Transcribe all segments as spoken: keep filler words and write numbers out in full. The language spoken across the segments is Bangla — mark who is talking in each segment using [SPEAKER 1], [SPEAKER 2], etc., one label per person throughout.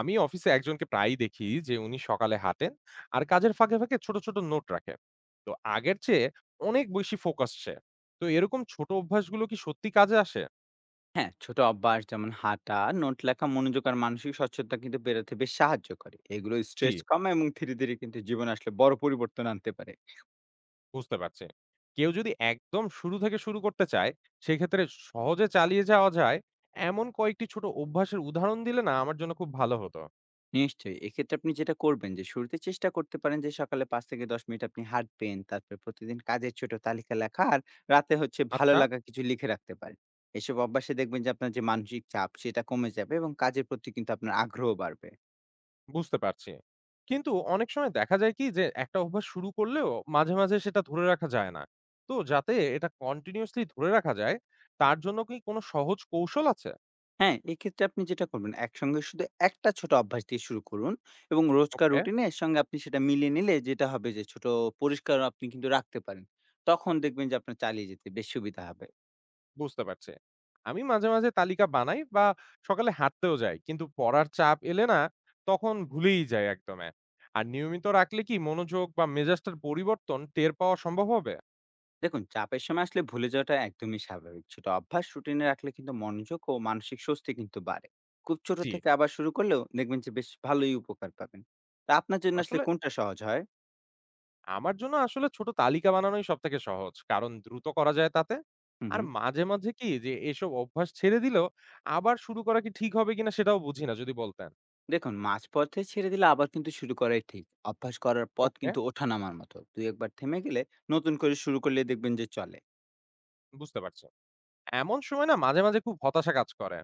[SPEAKER 1] আমি অফিসে একজনকে প্রায়ই দেখি যে উনি সকালে হাঁটেন আর কাজের ফাঁকে ফাঁকে ছোট ছোট নোট রাখে। তো আগের চেয়ে অনেক বেশি ফোকাস সে। তো এরকম ছোট অভ্যাসগুলো কি সত্যি কাজে আসে?
[SPEAKER 2] হ্যাঁ, ছোট অভ্যাস যেমন হাঁটা, নোট লেখা, মনোযোগ আর মানসিক সচ্ছলতা কিন্তু বেরোতে বেশ সাহায্য করে। এগুলো
[SPEAKER 1] জি,
[SPEAKER 2] স্ট্রেস কমায় এবং ধীরে, ধীরে কিন্তু জীবনে আসলে বড় পরিবর্তন আনতে পারে।
[SPEAKER 1] বুঝতে পারছি। কেউ যদি একদম শুরু থেকে শুরু করতে চায়, সেক্ষেত্রে সহজে চালিয়ে যাওয়া যায় এমন কয়েকটি ছোট অভ্যাসের উদাহরণ দিলে না আমার জন্য খুব ভালো হতো।
[SPEAKER 2] নিশ্চয়ই। এক্ষেত্রে আপনি যেটা করবেন যে শুরুতে চেষ্টা করতে পারেন যে সকালে পাঁচ থেকে দশ মিনিট আপনি হাঁটবেন। তারপরে প্রতিদিন কাজের ছোট তালিকা লেখা আর রাতে হচ্ছে ভালো
[SPEAKER 1] আচ্ছা,
[SPEAKER 2] লাগা কিছু লিখে রাখতে পারেন। এসব অভ্যাসে দেখবেন যে আপনার যে মানসিক চাপ সেটা কমে যাবে এবং কাজের প্রতি কিন্তু আপনার আগ্রহ বাড়বে।
[SPEAKER 1] বুঝতে পারছি। কিন্তু অনেক সময় দেখা যায় কি যে একটা অভ্যাস শুরু করলেও মাঝে, মাঝে সেটা ধরে রাখা যায় না। তো যাতে এটা কন্টিনিউয়াসলি ধরে রাখা যায় তার জন্য কি কোনো সহজ কৌশল আছে?
[SPEAKER 2] হ্যাঁ, এক্ষেত্রে আপনি যেটা করবেন, একসঙ্গে শুধু একটা ছোট অভ্যাস দিয়ে শুরু করুন এবং রোজকার
[SPEAKER 1] ওকে,
[SPEAKER 2] রুটিনের সঙ্গে আপনি সেটা মিলিয়ে নিলে যেটা হবে যে ছোট পরিষ্কার আপনি কিন্তু রাখতে পারেন। তখন দেখবেন যে আপনার চালিয়ে যেতে বেশ সুবিধা হবে।
[SPEAKER 1] বুঝতে পারছি। আমি মাঝে, মাঝে তালিকা বানাই বা সকালে হাঁটতেও যাই। কিন্তু পড়ার চাপ এলে না তখন ভুলেই যাই একদমে। আর নিয়মিত রাখলে কি মনোযোগ বা মেজাজটার পরিবর্তন টের পাওয়া সম্ভব হবে?
[SPEAKER 2] দেখুন চাপের সময় আসলে ভুলে যাওয়াটা একদমই স্বাভাবিক। ছোট অভ্যাস রুটিনে রাখলে কিন্তু মনোযোগ ও মানসিক স্বস্তি কিন্তু বাড়ে। খুব ছোট
[SPEAKER 1] জি।
[SPEAKER 2] থেকে আবার শুরু করলেও দেখবেন যে বেশ ভালোই উপকার পাবেন। তা আপনার জন্য আসলে
[SPEAKER 1] আসলে
[SPEAKER 2] কোনটা সহজ হয়?
[SPEAKER 1] আমার জন্য আসলে ছোট তালিকা বানানোই সবথেকে সহজ। কারণ দ্রুত করা যায় তাতে।
[SPEAKER 2] হু,
[SPEAKER 1] আর
[SPEAKER 2] হু।
[SPEAKER 1] মাঝে, মাঝে কি যে এসব অভ্যাস ছেড়ে দিলেও আবার শুরু করা কি ঠিক হবে কিনা সেটাও বুঝি না, যদি বলতেন।
[SPEAKER 2] দেখুন মাঝপথে ছেড়ে দিলে আবার কিন্তু শুরু করাই ঠিক। অভ্যাস করার পথ
[SPEAKER 1] ওকে,
[SPEAKER 2] কিন্তু ওঠানামার মতো, দুই একবার থেমে গেলে নতুন করে শুরু করলে দেখবেন যে চলে।
[SPEAKER 1] বুঝতে পারছি। এমন সময় না মাঝে, মাঝে খুব হতাশা কাজ করে।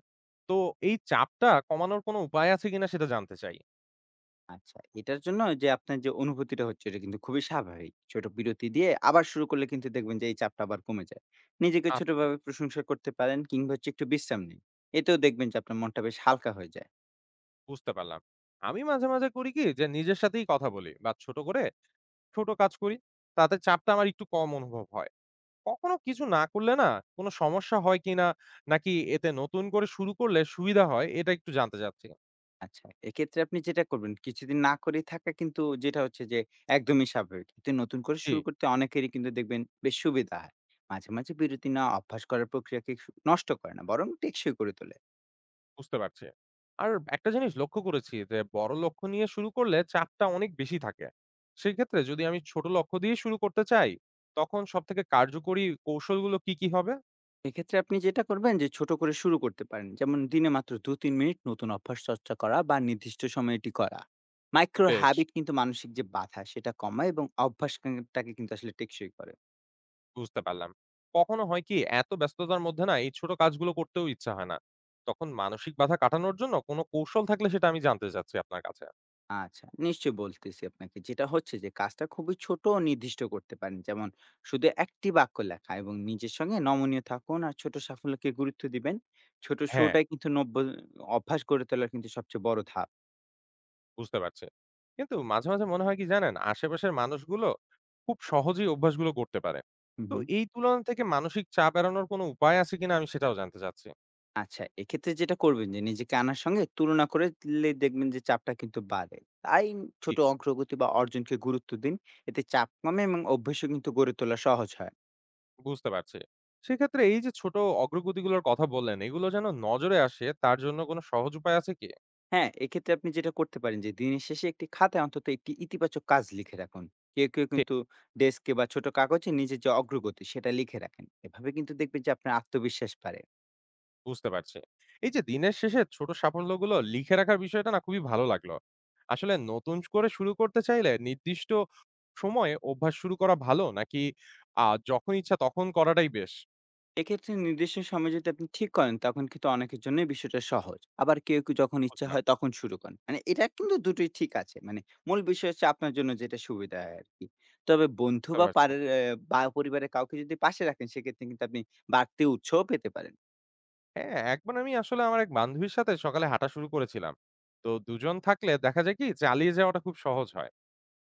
[SPEAKER 1] তো এই চাপটা কমানোর কোনো উপায় আছে কিনা সেটা জানতে চাই।
[SPEAKER 2] আচ্ছা, এটার জন্য যে আপনার যে অনুভূতিটা হচ্ছে এটা কিন্তু খুবই স্বাভাবিক। ছোট বিরতি দিয়ে আবার শুরু করলে কিন্তু দেখবেন যে এই চাপটা আবার কমে যায়। নিজেকে
[SPEAKER 1] আচ্ছা,
[SPEAKER 2] ছোটভাবে প্রশংসা করতে পারেন কিংবা হচ্ছে একটু বিশ্রাম নিন। এতেও দেখবেন যে আপনার মনটা বেশ হালকা হয়ে যায়।
[SPEAKER 1] বুঝতে পারলাম। আমি মাঝে, মাঝে করি কি যে নিজের সাথেই কথা বলি বা ছোট করে ছোট কাজ করি। তাতে চাপটা আমার একটু কম অনুভব হয়। কখনো কিছু না করলে না কোনো সমস্যা হয় কিনা? নাকি এতে নতুন করে শুরু করলে সুবিধা হয়? এটা একটু জানতে চাচ্ছি।
[SPEAKER 2] আচ্ছা, এক্ষেত্রে আপনি যেটা করবেন, কিছুদিন না করেই থাকা কিন্তু যেটা হচ্ছে যে একদমই স্বাভাবিক। কিন্তু নতুন করে
[SPEAKER 1] জি,
[SPEAKER 2] শুরু করতে অনেকেরই কিন্তু দেখবেন বেশ সুবিধা হয়। মাঝে, মাঝে বিরতি নেওয়া অভ্যাস করার প্রক্রিয়াকে সু নষ্ট করে না, বরং টেকসই করে তোলে।
[SPEAKER 1] বুঝতে পারছি। আর একটা জিনিস লক্ষ্য করেছি যে বড় লক্ষ্য নিয়ে শুরু করলে চাপটা অনেক বেশি থাকে। সেক্ষেত্রে যদি আমি ছোট লক্ষ্য দিয়ে শুরু করতে চাই, তখন সবথেকে কার্যকরী কৌশলগুলো কি, কি হবে?
[SPEAKER 2] এক্ষেত্রে আপনি যেটা করবেন যে ছোট করে শুরু করতে পারেন। যেমন দিনে মাত্র দুই থেকে তিন মিনিট নতুন অভ্যাস চর্চা করা বা নির্দিষ্ট সময়ে এটি করা। মাইক্রো
[SPEAKER 1] বেশ।
[SPEAKER 2] হ্যাবিট কিন্তু মানসিক যে বাধা সেটা কমায় এবং অভ্যাসটাকে কিন্তু আসলে টেকসই করে।
[SPEAKER 1] বুঝতে পারলাম। কখনো হয় কি এত ব্যস্ততার মধ্যে না এই ছোট কাজগুলো করতেও ইচ্ছা হয় না। তখন মানসিক বাধা কাটানোর জন্য কোনো কৌশল থাকলে সেটা আমি জানতে চাচ্ছি আপনার কাছে।
[SPEAKER 2] আচ্ছা, নিশ্চয়ই বলতেছি আপনাকে। যেটা হচ্ছে যে কাজটা খুবই ছোট ও নির্দিষ্ট করতে পারেন। যেমন শুধু একটি বাক্য লেখা এবং নিজের সঙ্গে নমনীয় থাকুন আর ছোট সাফল্যকে গুরুত্ব দিবেন। ছোট
[SPEAKER 1] হ্যাঁ।
[SPEAKER 2] শুরুটাই কিন্তু নব্য অভ্যাস গড়ে তোলার কিন্তু সবচেয়ে বড় ধাপ।
[SPEAKER 1] বুঝতে পারছি। কিন্তু মাঝে, মাঝে মনে হয় কি জানেন? আশেপাশের মানুষগুলো খুব সহজেই অভ্যাসগুলো করতে পারে।
[SPEAKER 2] হুম,
[SPEAKER 1] তো
[SPEAKER 2] হুম।
[SPEAKER 1] এই তুলনা থেকে মানসিক চাপ এড়ানোর কোনো উপায় আছে কিনা আমি সেটাও জানতে চাচ্ছি।
[SPEAKER 2] আচ্ছা, এক্ষেত্রে যেটা করবেন যে নিজেকে আনার সঙ্গে তুলনা করে লে দেখবেন যে চাপটা কিন্তু বাড়ে। তাই
[SPEAKER 1] জি।
[SPEAKER 2] ছোট অগ্রগতি বা অর্জনকে গুরুত্ব দিন। এতে চাপ কমে এবং অভ্যাসও কিন্তু গড়ে তোলা সহজ হয়।
[SPEAKER 1] বুঝতে পারছি। সেক্ষেত্রে এই যে ছোট অগ্রগতিগুলোর কথা বললেন, এগুলো যেন নজরে আসে তার জন্য কোনো সহজ উপায় আছে কি?
[SPEAKER 2] হ্যাঁ, এক্ষেত্রে আপনি যেটা করতে পারেন যে দিনের শেষে একটি খাতায় অন্তত একটি ইতিবাচক কাজ লিখে রাখুন। কেউ, কেউ
[SPEAKER 1] ঠিক।
[SPEAKER 2] কিন্তু ডেস্কে বা ছোট কাগজে নিজের যে অগ্রগতি সেটা লিখে রাখেন। এভাবে কিন্তু দেখবেন যে আপনার আত্মবিশ্বাস বাড়ে।
[SPEAKER 1] বুঝতে পারছি। এই যে দিনের শেষে ছোট সাফল্যগুলো লিখে রাখার বিষয়টা না খুবই ভালো লাগলো। আসলে নতুন করে শুরু করতে চাইলে নির্দিষ্ট সময়ে অভ্যাস শুরু করা ভালো, নাকি আ যখন ইচ্ছা তখন করাটাই বেশ?
[SPEAKER 2] এক্ষেত্রে নির্দিষ্ট সময় যদি আপনি ঠিক করেন তখন কিন্তু অনেকের জন্যই বিষয়টা সহজ। আবার কেউ, কেউ যখন ইচ্ছা
[SPEAKER 1] বুঝলাম,
[SPEAKER 2] হয় তখন শুরু করেন। মানে এটা কিন্তু দুটোই ঠিক আছে। মানে মূল বিষয় হচ্ছে আপনার জন্য যেটা সুবিধা হয় আরকি। তবে বন্ধু
[SPEAKER 1] বুঝতে
[SPEAKER 2] বা
[SPEAKER 1] পারছি।
[SPEAKER 2] পারের অ্যা বা পরিবারের কাউকে যদি পাশে রাখেন সেক্ষেত্রে কিন্তু আপনি বাড়তি উৎসাহ পেতে পারেন।
[SPEAKER 1] হ্যাঁ, একবার আমি আসলে আমার এক বান্ধবীর সাথে সকালে হাঁটা শুরু করেছিলাম। তো দুই জন থাকলে দেখা যায় কি চালিয়ে যাওয়াটা খুব সহজ হয়।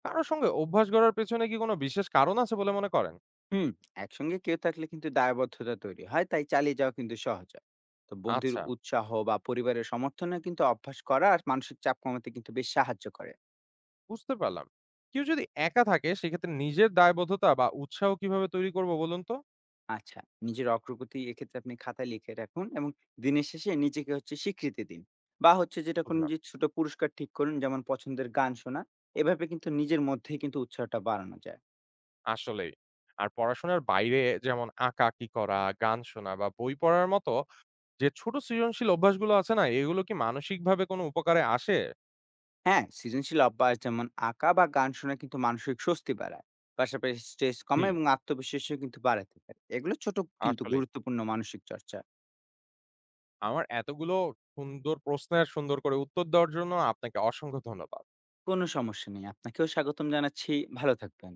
[SPEAKER 1] কারো সঙ্গে অভ্যাস গড়ার পেছনে কি কোনো বিশেষ কারণ আছে বলে মনে করেন?
[SPEAKER 2] হুম, একসঙ্গে কেউ থাকলে কিন্তু দায়বদ্ধতা তৈরি হয়, তাই চালিয়ে যাওয়া কিন্তু সহজ হয়। তো বন্ধুর
[SPEAKER 1] আচ্ছা,
[SPEAKER 2] উৎসাহ বা পরিবারের সমর্থনে কিন্তু অভ্যাস করা আর মানসিক চাপ কমাতে কিন্তু বেশ সাহায্য করে।
[SPEAKER 1] বুঝতে পারলাম। কেউ যদি একা থাকে সেক্ষেত্রে নিজের দায়বদ্ধতা বা উৎসাহ কিভাবে তৈরি করব বলুন তো?
[SPEAKER 2] আচ্ছা, নিজের অগ্রগতি এক্ষেত্রে আপনি খাতায় লিখে রাখুন এবং দিনের শেষে নিজেকে হচ্ছে স্বীকৃতি দিন বা হচ্ছে যেটা কোনো
[SPEAKER 1] বুঝলাম।
[SPEAKER 2] যে ছোট পুরস্কার ঠিক করুন, যেমন পছন্দের গান শোনা। এভাবে কিন্তু নিজের মধ্যেই কিন্তু উৎসাহটা বাড়ানো যায়।
[SPEAKER 1] আসলেই। আর পড়াশোনার বাইরে যেমন আঁকাআঁকি করা, গান শোনা বা বই পড়ার মতো যে ছোট সৃজনশীল অভ্যাসগুলো আছে না এগুলো কি মানসিকভাবে কোনো উপকারে আসে?
[SPEAKER 2] হ্যাঁ, সৃজনশীল অভ্যাস যেমন আঁকা বা গান শোনা কিন্তু মানসিক স্বস্তি বাড়ায়। পাশাপাশি স্ট্রেস
[SPEAKER 1] জি,
[SPEAKER 2] কমে এবং আত্মবিশ্বাসও কিন্তু বাড়াতে পারে। এগুলো ছোট কিন্তু
[SPEAKER 1] আসলেই।
[SPEAKER 2] গুরুত্বপূর্ণ মানসিক চর্চা।
[SPEAKER 1] আমার এতগুলো সুন্দর প্রশ্নের সুন্দর করে উত্তর দেওয়ার জন্য আপনাকে অসংখ্য ধন্যবাদ।
[SPEAKER 2] কোনো সমস্যা নেই, আপনাকেও স্বাগতম জানাচ্ছি। ভালো থাকবেন।